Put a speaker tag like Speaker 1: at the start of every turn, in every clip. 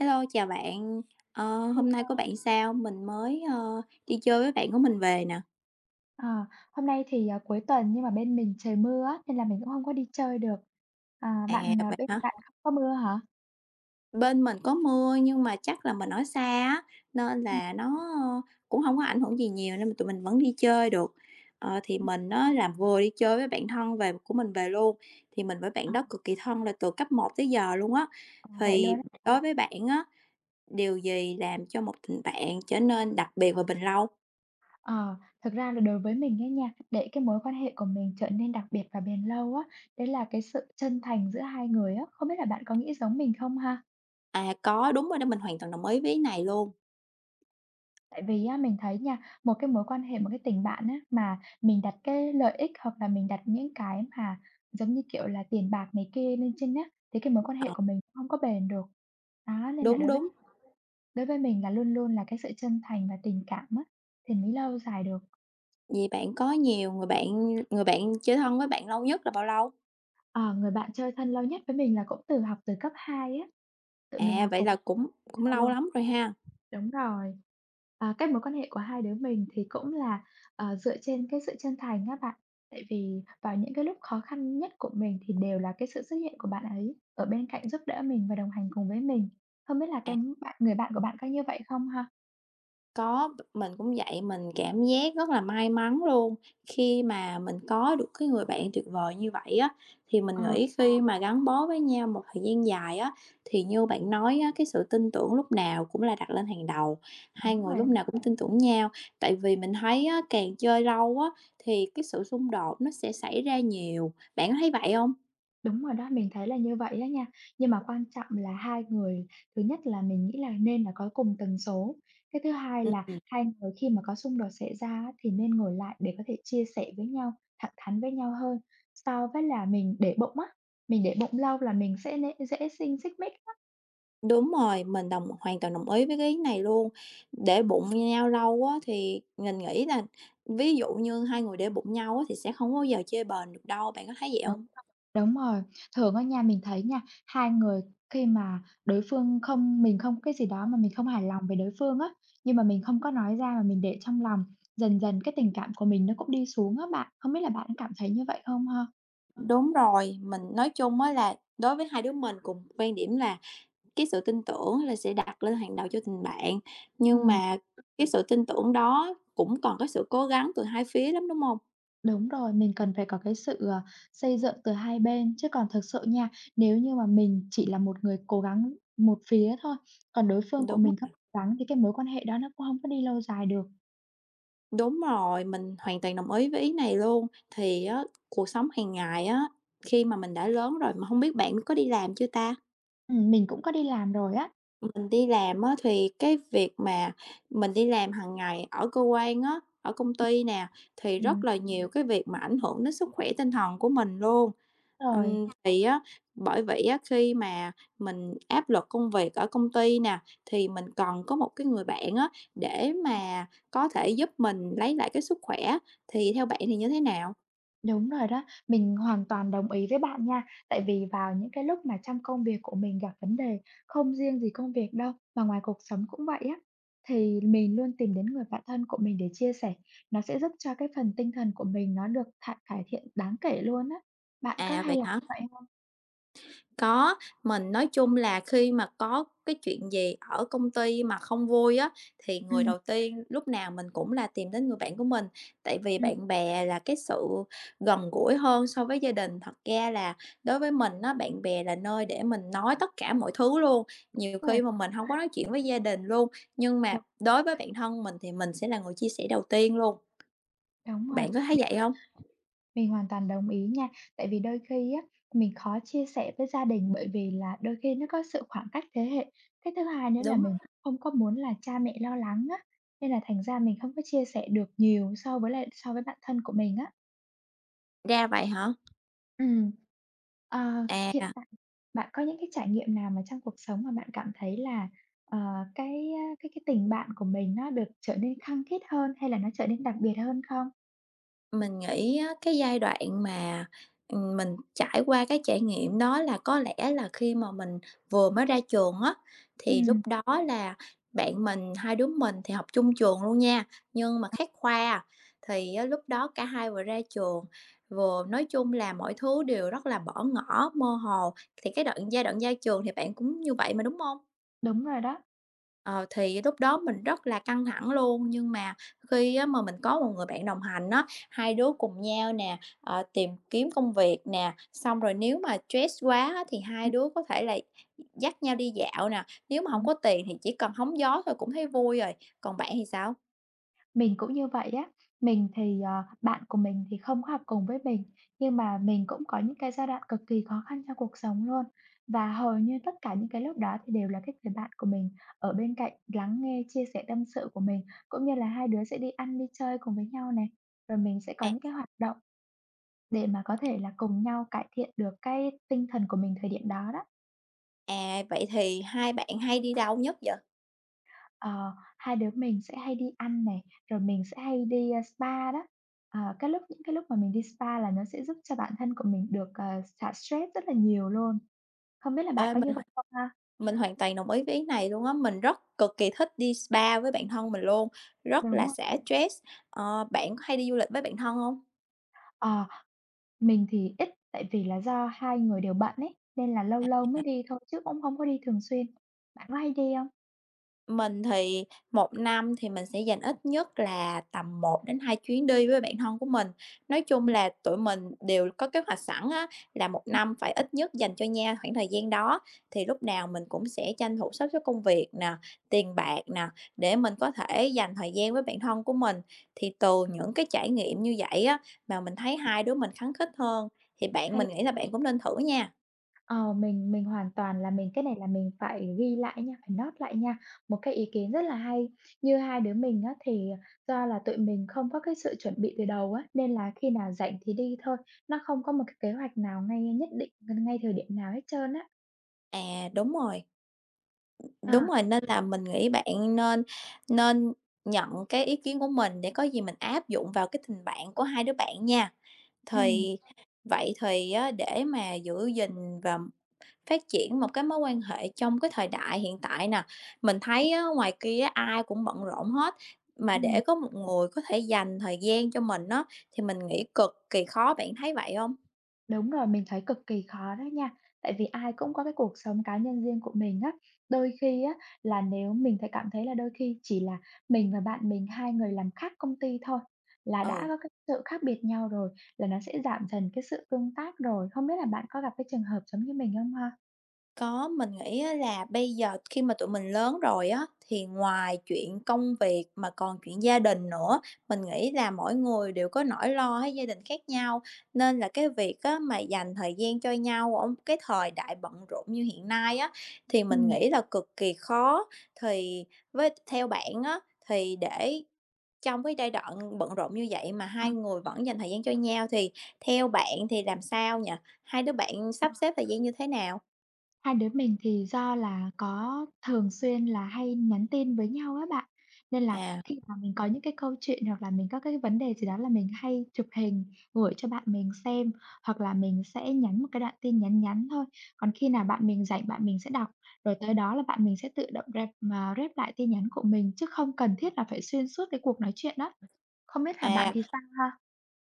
Speaker 1: Hello, chào bạn. Hôm nay
Speaker 2: Hello.
Speaker 1: của bạn sao? Mình mới, đi chơi với bạn của mình về nè.
Speaker 2: Ờ, hôm nay thì cuối tuần nhưng mà bên mình trời mưa á, nên là mình cũng không có đi chơi được. À,
Speaker 1: À,
Speaker 2: bạn
Speaker 1: vậy
Speaker 2: bên
Speaker 1: hả?
Speaker 2: bạn không có mưa hả?
Speaker 1: Bên mình có mưa nhưng mà chắc là mình ở xa á, nên
Speaker 2: Ừm,
Speaker 1: là nó ờ, cũng không có ảnh hưởng gì nhiều nên mà tụi mình vẫn đi chơi được. Thì
Speaker 2: ừm.
Speaker 1: mình nó làm vừa đi chơi với bạn thân về của mình về luôn, thì mình với
Speaker 2: Ờ,
Speaker 1: bạn đó cực kỳ thân là từ cấp một tới giờ luôn á.
Speaker 2: ờ, vậy luôn á.
Speaker 1: Thì đối với bạn á, điều gì làm cho một tình bạn trở nên đặc biệt và bền lâu?
Speaker 2: Ờ, thực ra là đối với mình ấy nha, để cái mối quan hệ của mình trở nên đặc biệt và bền lâu á, đấy là cái sự chân thành giữa hai người á, không biết là bạn có nghĩ giống mình không ha?
Speaker 1: À, có, đúng rồi đó, mình hoàn toàn đồng ý với cái này luôn.
Speaker 2: Tại vì á, mình thấy nha, một cái mối quan hệ, một cái tình bạn á, mà mình đặt cái lợi ích hoặc là mình đặt những cái mà giống như, kiểu là, tiền bạc này kia lên trên á, thì cái mối quan hệ
Speaker 1: Ờ,
Speaker 2: của mình cũng không có bền được. Đó, nên là
Speaker 1: đúng,
Speaker 2: đối với
Speaker 1: đúng.
Speaker 2: đối với mình là luôn luôn là cái sự chân thành và tình cảm á, thì mới lâu dài được.
Speaker 1: Vậy bạn có nhiều người bạn chơi thân với bạn lâu nhất là bao lâu?
Speaker 2: Ờ, người bạn chơi thân lâu nhất với mình là cũng từ học từ cấp 2 á, tụi mình
Speaker 1: À,
Speaker 2: học
Speaker 1: vậy
Speaker 2: cùng
Speaker 1: là cũng cũng
Speaker 2: 2
Speaker 1: lâu
Speaker 2: luôn.
Speaker 1: lắm rồi ha.
Speaker 2: Đúng rồi. À, cái mối quan hệ của hai đứa mình thì cũng là dựa trên cái sự chân thành á bạn. Tại vì vào những cái lúc khó khăn nhất của mình thì đều là cái sự xuất hiện của bạn ấy ở bên cạnh giúp đỡ mình và đồng hành cùng với mình. Không biết là cái bạn người bạn của bạn có như vậy không ha?
Speaker 1: Có, mình cũng vậy, mình cảm giác rất là may mắn luôn, khi mà mình có được cái người bạn tuyệt vời như vậy á. Thì mình
Speaker 2: Ờ,
Speaker 1: nghĩ khi mà gắn bó với nhau một thời gian dài á, thì như bạn nói á, cái sự tin tưởng lúc nào cũng là đặt lên hàng đầu, hai
Speaker 2: đúng
Speaker 1: người
Speaker 2: rồi
Speaker 1: lúc
Speaker 2: đó.
Speaker 1: nào cũng tin tưởng nhau. Tại vì mình thấy á, càng chơi lâu á, thì cái sự xung đột nó sẽ xảy ra nhiều, bạn có thấy vậy không?
Speaker 2: Đúng rồi đó, mình thấy là như vậy đó nha. Nhưng mà quan trọng là hai người thứ nhất là mình nghĩ là nên là có cùng tần số, cái thứ hai là
Speaker 1: Ừm,
Speaker 2: hai người khi mà có xung đột xảy ra á, thì nên ngồi lại để có thể chia sẻ với nhau, thẳng thắn với nhau hơn, so với là mình để bụng á, mình để bụng lâu là mình sẽ dễ sinh xích mích.
Speaker 1: đúng rồi, mình hoàn toàn đồng ý với cái ý này luôn. Để bụng nhau lâu á thì mình nghĩ là ví dụ như hai người để bụng nhau á thì sẽ không bao giờ chơi bền được đâu, bạn có thấy vậy
Speaker 2: Đúng
Speaker 1: hông?
Speaker 2: rồi, đúng rồi. Thường á nha, mình thấy nha, hai người khi mà đối phương không mình không cái gì đó mà mình không hài lòng về đối phương á, nhưng mà mình không có nói ra mà mình để trong lòng, dần dần cái tình cảm của mình nó cũng đi xuống á bạn. Không biết là bạn cảm thấy như vậy không ha?
Speaker 1: Đúng rồi, mình nói chung á là đối với hai đứa mình cùng quan điểm là cái sự tin tưởng là sẽ đặt lên hàng đầu cho tình bạn, nhưng
Speaker 2: Ừm,
Speaker 1: mà cái sự tin tưởng đó cũng cần cái sự cố gắng từ hai phía lắm, đúng hông?
Speaker 2: đúng rồi, mình cần phải có cái sự xây dựng từ hai bên, chứ còn thực sự nha, nếu như mà mình chỉ là một người cố gắng một phía thôi, còn đối phương của
Speaker 1: Đúng.
Speaker 2: mình không cố gắng thì cái mối quan hệ đó nó cũng không có đi lâu dài được.
Speaker 1: Đúng rồi, mình hoàn toàn đồng ý với ý này luôn. Thì á, cuộc sống hàng ngày á, khi mà mình đã lớn rồi, mà không biết bạn có đi làm chưa ta?
Speaker 2: Mình cũng có đi làm rồi á.
Speaker 1: Mình đi làm á, thì cái việc mà mình đi làm hàng ngày ở cơ quan á, ở công ty nè, thì
Speaker 2: Ừm,
Speaker 1: rất là nhiều cái việc mà ảnh hưởng đến sức khỏe tinh thần của mình luôn.
Speaker 2: rồi.
Speaker 1: Thì á, bởi vậy á, khi mà mình áp lực công việc ở công ty nè, thì mình cần có một cái người bạn á, để mà có thể giúp mình lấy lại cái sức khỏe, thì theo bạn thì như thế nào?
Speaker 2: Đúng rồi đó, mình hoàn toàn đồng ý với bạn nha. Tại vì vào những cái lúc mà trong công việc của mình gặp vấn đề, không riêng gì công việc đâu, mà ngoài cuộc sống cũng vậy á, thì mình luôn tìm đến người bạn thân của mình để chia sẻ. Nó sẽ giúp cho cái phần tinh thần của mình nó được cải thiện đáng kể luôn á. Bạn có
Speaker 1: À,
Speaker 2: hay
Speaker 1: vậy
Speaker 2: làm
Speaker 1: hả?
Speaker 2: vậy hông?
Speaker 1: Có, mình nói chung là khi mà có cái chuyện gì ở công ty mà không vui á, thì người
Speaker 2: Ừm,
Speaker 1: đầu tiên lúc nào mình cũng là tìm đến người bạn của mình, tại vì
Speaker 2: ừm,
Speaker 1: bạn bè là cái sự gần gũi hơn so với gia đình. Thật ra là đối với mình á, bạn bè là nơi để mình nói tất cả mọi thứ luôn, nhiều
Speaker 2: rồi,
Speaker 1: khi mà mình không có nói chuyện với gia đình luôn, nhưng mà
Speaker 2: đúng,
Speaker 1: đối với bạn thân mình thì mình sẽ là người chia sẻ đầu tiên luôn.
Speaker 2: đúng rồi.
Speaker 1: Bạn có thấy vậy không?
Speaker 2: Mình hoàn toàn đồng ý nha. Tại vì đôi khi á, mình khó chia sẻ với gia đình bởi vì là đôi khi nó có sự khoảng cách thế hệ. Cái thứ hai nữa là
Speaker 1: Đúng,
Speaker 2: mình cũng không có muốn là cha mẹ lo lắng á, nên là thành ra mình không có chia sẻ được nhiều so với bạn thân của mình á.
Speaker 1: ra vậy hả?
Speaker 2: Ừ. Ờ,
Speaker 1: À.
Speaker 2: hiện tại bạn có những cái trải nghiệm nào mà trong cuộc sống mà bạn cảm thấy là, ờ, cái, cái tình bạn của mình nó được trở nên khăng khít hơn hay là nó trở nên đặc biệt hơn không?
Speaker 1: Mình nghĩ á, cái giai đoạn mà, mình trải qua cái trải nghiệm đó là có lẽ là khi mà mình vừa mới ra trường á,
Speaker 2: Ừ,
Speaker 1: thì lúc đó là bạn mình hai đứa mình thì học chung trường luôn nha, nhưng mà khác khoa. Thì á, lúc đó cả hai vừa ra trường, vừa nói chung là mọi thứ đều rất là bỏ ngỏ mơ hồ, thì cái giai đoạn ra trường thì bạn cũng như vậy mà, đúng không?
Speaker 2: đúng rồi đó.
Speaker 1: Ờ, thì lúc đó mình rất là căng thẳng luôn, nhưng mà khi á mà mình có một người bạn đồng hành á, hai đứa cùng nhau nè, tìm kiếm công việc nè, xong rồi nếu mà stress quá á thì
Speaker 2: Ừm,
Speaker 1: hai đứa có thể là dắt nhau đi dạo nè, nếu mà không
Speaker 2: đúng.
Speaker 1: có tiền thì chỉ cần hóng gió thôi cũng thấy vui rồi. Còn bạn thì sao?
Speaker 2: Mình cũng như vậy á. Mình thì, bạn của mình thì không có học cùng với mình, nhưng mà mình cũng có những cái giai đoạn cực kỳ khó khăn trong cuộc sống luôn. Và hầu như tất cả những cái lúc đó thì đều là cái người bạn của mình ở bên cạnh lắng nghe, chia sẻ tâm sự của mình, cũng như là hai đứa sẽ đi ăn, đi chơi cùng với nhau này. Rồi mình sẽ có
Speaker 1: À,
Speaker 2: những cái hoạt động để mà có thể là cùng nhau cải thiện được cái tinh thần của mình thời điểm đó đó.
Speaker 1: à, vậy thì hai bạn hay đi đâu nhất vậy?
Speaker 2: Ờ, hai đứa mình sẽ hay đi ăn này, rồi mình sẽ hay đi spa đó. Cái lúc những cái lúc mà mình đi spa là nó sẽ giúp cho bản thân của mình được xả stress rất là nhiều luôn. Không biết là bạn
Speaker 1: Ê,
Speaker 2: có như
Speaker 1: mình
Speaker 2: vậy không ha?
Speaker 1: mình hoàn toàn đồng ý với ý này luôn á, mình rất cực kỳ thích đi spa với bạn thân mình luôn, rất
Speaker 2: Đúng
Speaker 1: là
Speaker 2: rồi.
Speaker 1: xả stress. Ờ, bạn có hay đi du lịch với bạn thân không?
Speaker 2: Ờ, mình thì ít, tại vì là do hai người đều bận ấy, nên là lâu lâu mới đi thôi chứ cũng không có đi thường xuyên. Bạn có hay đi không?
Speaker 1: Mình thì một năm thì mình sẽ dành ít nhất là tầm một đến hai chuyến đi với bạn thân của mình. Nói chung
Speaker 2: Ừm,
Speaker 1: là tụi mình đều có kế hoạch sẵn á, là một
Speaker 2: ừm,
Speaker 1: năm phải ít nhất dành cho nhau khoảng thời gian đó, thì lúc nào mình cũng sẽ tranh thủ sắp xếp công việc nè, tiền bạc nè, để mình có thể dành thời gian với bạn thân của mình. Thì từ những cái trải nghiệm như vậy á, mà mình thấy hai đứa mình khăng khít hơn, thì bạn
Speaker 2: hay.
Speaker 1: mình nghĩ là bạn cũng nên thử nha.
Speaker 2: Mình hoàn toàn là mình cái này là mình phải ghi lại nha, phải note lại nha. Một cái ý kiến rất là hay, như hai đứa mình á, thì do là tụi mình không có cái sự chuẩn bị từ đầu á, nên là khi nào rảnh thì đi thôi, nó không có một cái kế hoạch nào ngay nhất định, ngay thời điểm nào hết trơn á.
Speaker 1: À, đúng rồi.
Speaker 2: Ờ,
Speaker 1: Đúng rồi, nên là mình nghĩ bạn nên nên nhận cái ý kiến của mình để có gì mình áp dụng vào cái tình bạn của hai đứa bạn nha.
Speaker 2: ừ
Speaker 1: Thì vậy thì á, để mà giữ gìn và phát triển một cái mối quan hệ trong cái thời đại hiện tại nè, mình thấy á, ngoài kia ai cũng bận rộn hết, mà
Speaker 2: ừm.
Speaker 1: để có một người có thể dành thời gian cho mình á, thì mình nghĩ cực kỳ khó, bạn thấy vậy không?
Speaker 2: Đúng rồi, mình thấy cực kỳ khó đó nha. Tại vì ai cũng có cái cuộc sống cá nhân riêng của mình á. Đôi khi á, là nếu mình thấy cảm thấy là đôi khi chỉ là mình và bạn mình hai người làm khác công ty thôi, là đã
Speaker 1: Ừ.
Speaker 2: có cái sự khác biệt nhau rồi, là nó sẽ giảm dần cái sự tương tác rồi. Không biết là bạn có gặp cái trường hợp giống như mình không ha?
Speaker 1: Có, mình nghĩ á là bây giờ khi mà tụi mình lớn rồi á, thì ngoài chuyện công việc mà còn chuyện gia đình nữa, mình nghĩ là mỗi người đều có nỗi lo với gia đình khác nhau, nên là cái việc á mà dành thời gian cho nhau ở cái thời đại bận rộn như hiện nay á, thì mình
Speaker 2: Ừm.
Speaker 1: nghĩ là cực kỳ khó. Thì với theo bạn á, thì để trong cái giai đoạn bận rộn như vậy mà hai người vẫn dành thời gian cho nhau thì theo bạn thì làm sao nhỉ? Hai đứa bạn sắp xếp thời gian như thế nào?
Speaker 2: Hai đứa mình thì do là có thường xuyên là hay nhắn tin với nhau á bạn, nên là
Speaker 1: À.
Speaker 2: khi mà mình có những cái câu chuyện hoặc là mình có cái vấn đề gì đó là mình hay chụp hình gửi cho bạn mình xem, hoặc là mình sẽ nhắn một cái đoạn tin nhắn nhắn thôi. Còn khi nào bạn mình rảnh bạn mình sẽ đọc, rồi tới đó là bạn mình sẽ tự động rep lại tin nhắn của mình chứ không cần thiết là phải xuyên suốt cái cuộc nói chuyện đó. Không biết là bạn
Speaker 1: À,
Speaker 2: thì sao ha?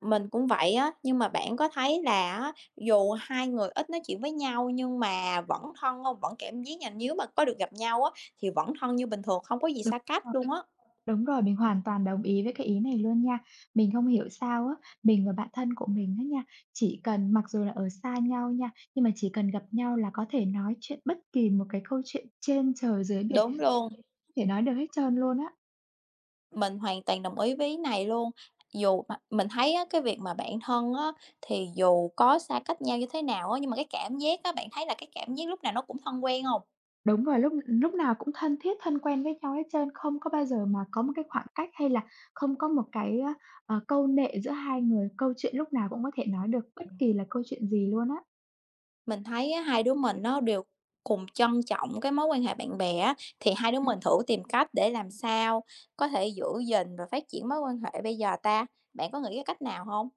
Speaker 1: mình cũng vậy á, nhưng mà bạn có thấy là á, dù hai người ít nói chuyện với nhau nhưng mà vẫn thân không? Vẫn cảm giác là nếu mà có được gặp nhau á, thì vẫn thân như bình thường, không có gì
Speaker 2: Đúng
Speaker 1: xa cách
Speaker 2: rồi.
Speaker 1: luôn á.
Speaker 2: Đúng rồi, mình hoàn toàn đồng ý với cái ý này luôn nha. Mình không hiểu sao á, mình và bạn thân của mình á nha, chỉ cần mặc dù là ở xa nhau nha, nhưng mà chỉ cần gặp nhau là có thể nói chuyện bất kỳ một cái câu chuyện trên trời dưới biển,
Speaker 1: Đúng
Speaker 2: chuyện
Speaker 1: luôn,
Speaker 2: gì cũng có thể nói được hết trơn luôn á.
Speaker 1: mình hoàn toàn đồng ý với ý này luôn. Dù mà mình thấy á, cái việc mà bạn thân á, thì dù có xa cách nhau như thế nào á, nhưng mà cái cảm giác á, bạn thấy là cái cảm giác lúc nào nó cũng thân quen không?
Speaker 2: Đúng rồi, lúc lúc nào cũng thân thiết, thân quen với nhau hết trơn, không có bao giờ mà có một cái khoảng cách hay là không có một cái câu nệ giữa hai người, câu chuyện lúc nào cũng có thể nói được bất kỳ là câu chuyện gì luôn á.
Speaker 1: Mình thấy á, hai đứa mình nó đều cùng trân trọng cái mối quan hệ bạn bè á, thì hai đứa mình thử tìm cách để làm sao có thể giữ gìn và phát triển mối quan hệ bây giờ ta? Bạn có nghĩ cái cách nào không?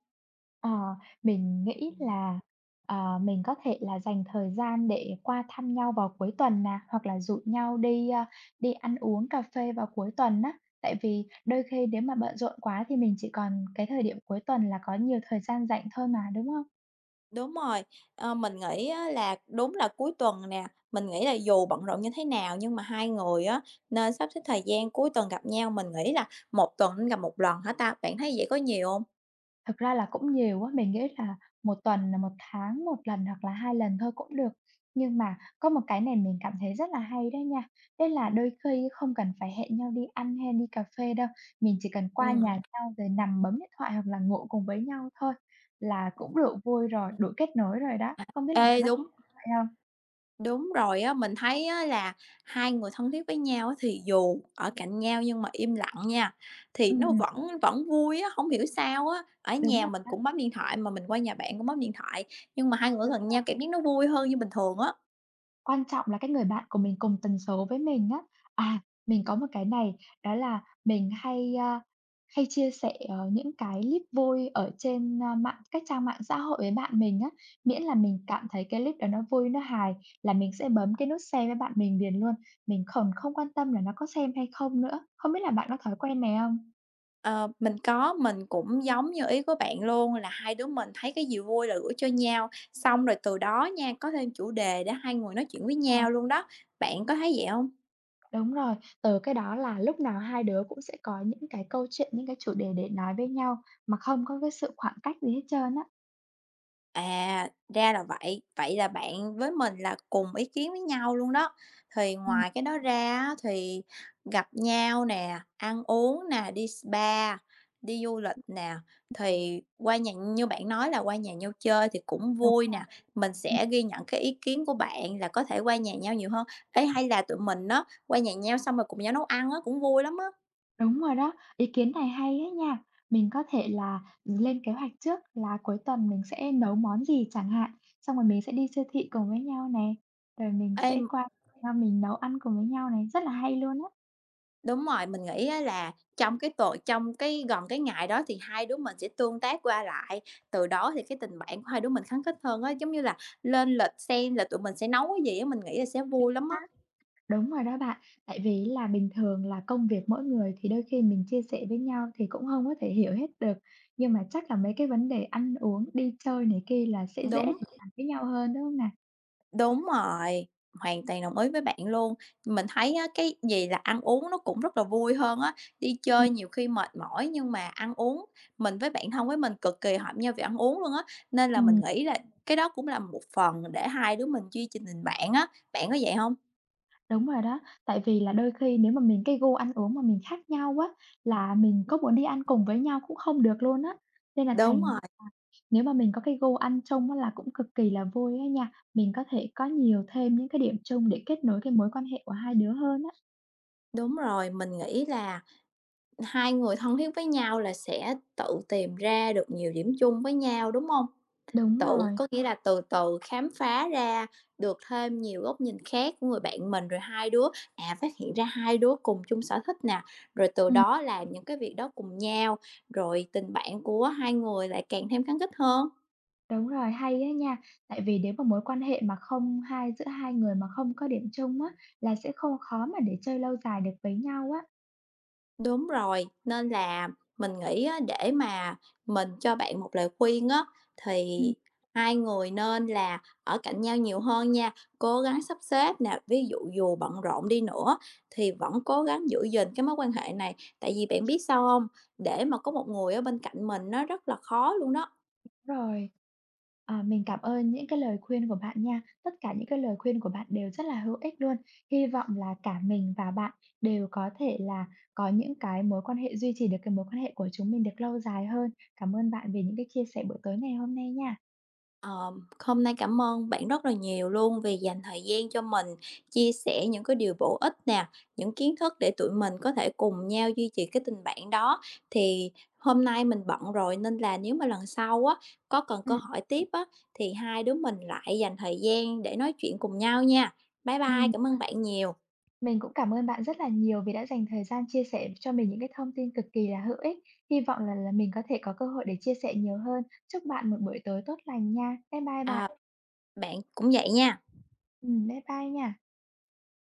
Speaker 2: Ờ, mình nghĩ là mình có thể là dành thời gian để qua thăm nhau vào cuối tuần nè, hoặc là rủ nhau đi đi ăn uống cà phê vào cuối tuần á. Tại vì đôi khi nếu mà bận rộn quá thì mình chỉ còn cái thời điểm cuối tuần là có nhiều thời gian rảnh thôi mà, đúng không?
Speaker 1: Đúng rồi, mình nghĩ á là đúng là cuối tuần nè, mình nghĩ là dù bận rộn như thế nào nhưng mà hai người á, nên sắp xếp thời gian cuối tuần gặp nhau. Mình nghĩ là một tuần nên gặp một lần hả ta? Bạn thấy vậy có nhiều không?
Speaker 2: Thực ra là cũng nhiều á, mình nghĩ là một tuần là một tháng một lần hoặc là 2 lần thôi cũng được. Nhưng mà có một cái này mình cảm thấy rất là hay đó nha, đấy là đôi khi không cần phải hẹn nhau đi ăn hay đi cà phê đâu, mình chỉ cần qua
Speaker 1: Ừm.
Speaker 2: nhà nhau rồi nằm bấm điện thoại hoặc là ngủ cùng với nhau thôi là cũng đủ vui rồi, đủ kết nối rồi đó. Không biết là bạn
Speaker 1: Ê,
Speaker 2: có thấy
Speaker 1: đúng.
Speaker 2: vậy không?
Speaker 1: Đúng rồi á, mình thấy á là hai người thân thiết với nhau á thì dù ở cạnh nhau nhưng mà im lặng nha, thì nó
Speaker 2: Ừm,
Speaker 1: vẫn vẫn vui á, không hiểu sao á. Ở
Speaker 2: đúng
Speaker 1: nhà
Speaker 2: rồi
Speaker 1: mình
Speaker 2: đó.
Speaker 1: cũng bấm điện thoại mà mình qua nhà bạn cũng bấm điện thoại, nhưng mà hai người
Speaker 2: Ừ.
Speaker 1: gần nhau cảm giác nó vui hơn như bình thường á.
Speaker 2: Quan trọng là cái người bạn của mình cùng tần số với mình á. À, mình có một cái này, đó là mình hay chia sẻ những cái clip vui ở trên, a, mạng các trang mạng xã hội với bạn mình á, miễn là mình cảm thấy cái clip đó nó vui, nó hài là mình sẽ bấm cái nút share với bạn mình liền luôn. Mình còn không quan tâm là nó có xem hay không nữa. Không biết là bạn có thói quen này không?
Speaker 1: Ờ, mình có. Mình cũng giống như ý của bạn luôn là hai đứa mình thấy cái gì vui là gửi cho nhau, xong rồi từ đó nha, có thêm chủ đề để hai người nói chuyện với
Speaker 2: Ờ.
Speaker 1: nhau luôn đó. Bạn có thấy vậy không?
Speaker 2: Đúng rồi, từ cái đó là lúc nào hai đứa cũng sẽ có những cái câu chuyện, những cái chủ đề để nói với nhau mà không có cái sự khoảng cách gì hết trơn á.
Speaker 1: À, ra là vậy. Vậy là bạn với mình là cùng ý kiến với nhau luôn đó. Thì
Speaker 2: Ừm.
Speaker 1: ngoài cái đó ra á, thì gặp nhau nè, ăn uống nè, đi spa, đi du lịch nè, thì qua nhà như bạn nói là qua nhà nhau chơi thì cũng
Speaker 2: Đúng
Speaker 1: vui
Speaker 2: rồi.
Speaker 1: nè. Mình
Speaker 2: Ừm,
Speaker 1: sẽ ghi nhận cái ý kiến của bạn là có thể qua nhà nhau nhiều hơn. Ê, hay là tụi mình đó qua nhà nhau xong rồi cùng nhau nấu ăn á, cũng vui lắm á.
Speaker 2: đúng rồi đó. Ý kiến này hay ấy nha. Mình có thể là lên kế hoạch trước là cuối tuần mình sẽ nấu món gì chẳng hạn, xong rồi mình sẽ đi siêu thị cùng với nhau này rồi mình
Speaker 1: Ê,
Speaker 2: sẽ qua nhau mình nấu ăn cùng với nhau này, rất là hay luôn á.
Speaker 1: đúng rồi, mình nghĩ á là trong cái gần cái ngày đó thì hai đứa mình sẽ tương tác qua lại, từ đó thì cái tình bạn của hai đứa mình khắng khít hơn á. Giống như là lên lịch xem là tụi mình sẽ nấu cái gì á, mình nghĩ là sẽ vui lắm
Speaker 2: Hả?
Speaker 1: á.
Speaker 2: Đúng rồi đó bạn. Tại vì là bình thường là công việc mỗi người thì đôi khi mình chia sẻ với nhau thì cũng không có thể hiểu hết được, nhưng mà chắc là mấy cái vấn đề ăn uống, đi chơi này kia là sẽ dễ
Speaker 1: Đúng,
Speaker 2: để bàn với nhau hơn, đúng không nè?
Speaker 1: đúng rồi, hoàn toàn đồng ý với bạn luôn. Mình thấy á, cái gì là ăn uống nó cũng rất là vui hơn á. Đi
Speaker 2: Ừm.
Speaker 1: chơi nhiều khi mệt mỏi nhưng mà ăn uống, mình với bạn thân với mình cực kỳ hợp nhau về ăn uống luôn á. Nên là mình
Speaker 2: Ừm.
Speaker 1: nghĩ là cái đó cũng là một phần để hai đứa mình duy trì tình bạn á. Bạn có vậy không?
Speaker 2: Đúng rồi đó, tại vì là đôi khi nếu mà mình cái gu ăn uống mà mình khác nhau á, là mình có muốn đi ăn cùng với nhau cũng không được luôn á. Nên là
Speaker 1: Đúng
Speaker 2: thành ra
Speaker 1: rồi,
Speaker 2: nếu mà mình có cái gu ăn chung á là cũng cực kỳ là vui á nha, mình có thể có nhiều thêm những cái điểm chung để kết nối cái mối quan hệ của hai đứa hơn á.
Speaker 1: đúng rồi, mình nghĩ là hai người thân thiết với nhau là sẽ tự tìm ra được nhiều điểm chung với nhau, đúng hông?
Speaker 2: Đúng
Speaker 1: Tự
Speaker 2: rồi,
Speaker 1: có nghĩa là từ từ khám phá ra được thêm nhiều góc nhìn khác của người bạn mình, rồi hai đứa, phát hiện ra hai đứa cùng chung sở thích nè, rồi từ
Speaker 2: ừm,
Speaker 1: đó làm những cái việc đó cùng nhau, rồi tình bạn của hai người lại càng thêm gắn kết hơn.
Speaker 2: đúng rồi, hay á nha, tại vì nếu mà mối quan hệ mà không hai giữa hai người mà không có điểm chung á, là sẽ không khó mà để chơi lâu dài được với nhau á.
Speaker 1: Đúng rồi, nên là mình nghĩ á, để mà mình cho bạn một lời khuyên á, thì hai người nên là ở cạnh nhau nhiều hơn nha, cố gắng sắp xếp nè, ví dụ dù bận rộn đi nữa thì vẫn cố gắng giữ gìn cái mối quan hệ này, tại vì bạn biết sao không? Để mà có một người ở bên cạnh mình nó rất là khó luôn đó.
Speaker 2: Đúng rồi. À, mình cảm ơn những cái lời khuyên của bạn nha. Tất cả những cái lời khuyên của bạn đều rất là hữu ích luôn. Hy vọng là cả mình và bạn đều có thể là có những cái mối quan hệ duy trì được cái mối quan hệ của chúng mình được lâu dài hơn. Cảm ơn bạn vì những cái chia sẻ buổi tối ngày hôm nay nha.
Speaker 1: Hôm nay cảm ơn bạn rất là nhiều luôn vì dành thời gian cho mình, chia sẻ những cái điều bổ ích nè, những kiến thức để tụi mình có thể cùng nhau duy trì cái tình bạn đó. Thì hôm nay mình bận rồi nên là nếu mà lần sau á, có cần cơ
Speaker 2: Ừm.
Speaker 1: hội tiếp á, thì hai đứa mình lại dành thời gian để nói chuyện cùng nhau nha. Bye bye,
Speaker 2: Ừm,
Speaker 1: cảm ơn bạn nhiều.
Speaker 2: mình cũng cảm ơn bạn rất là nhiều vì đã dành thời gian chia sẻ cho mình những cái thông tin cực kỳ là hữu ích. Hy vọng là mình có thể có cơ hội để chia sẻ nhiều hơn. Chúc bạn một buổi tối tốt lành nha. Bye bye bạn.
Speaker 1: À, bạn cũng vậy nha.
Speaker 2: Bye bye nha.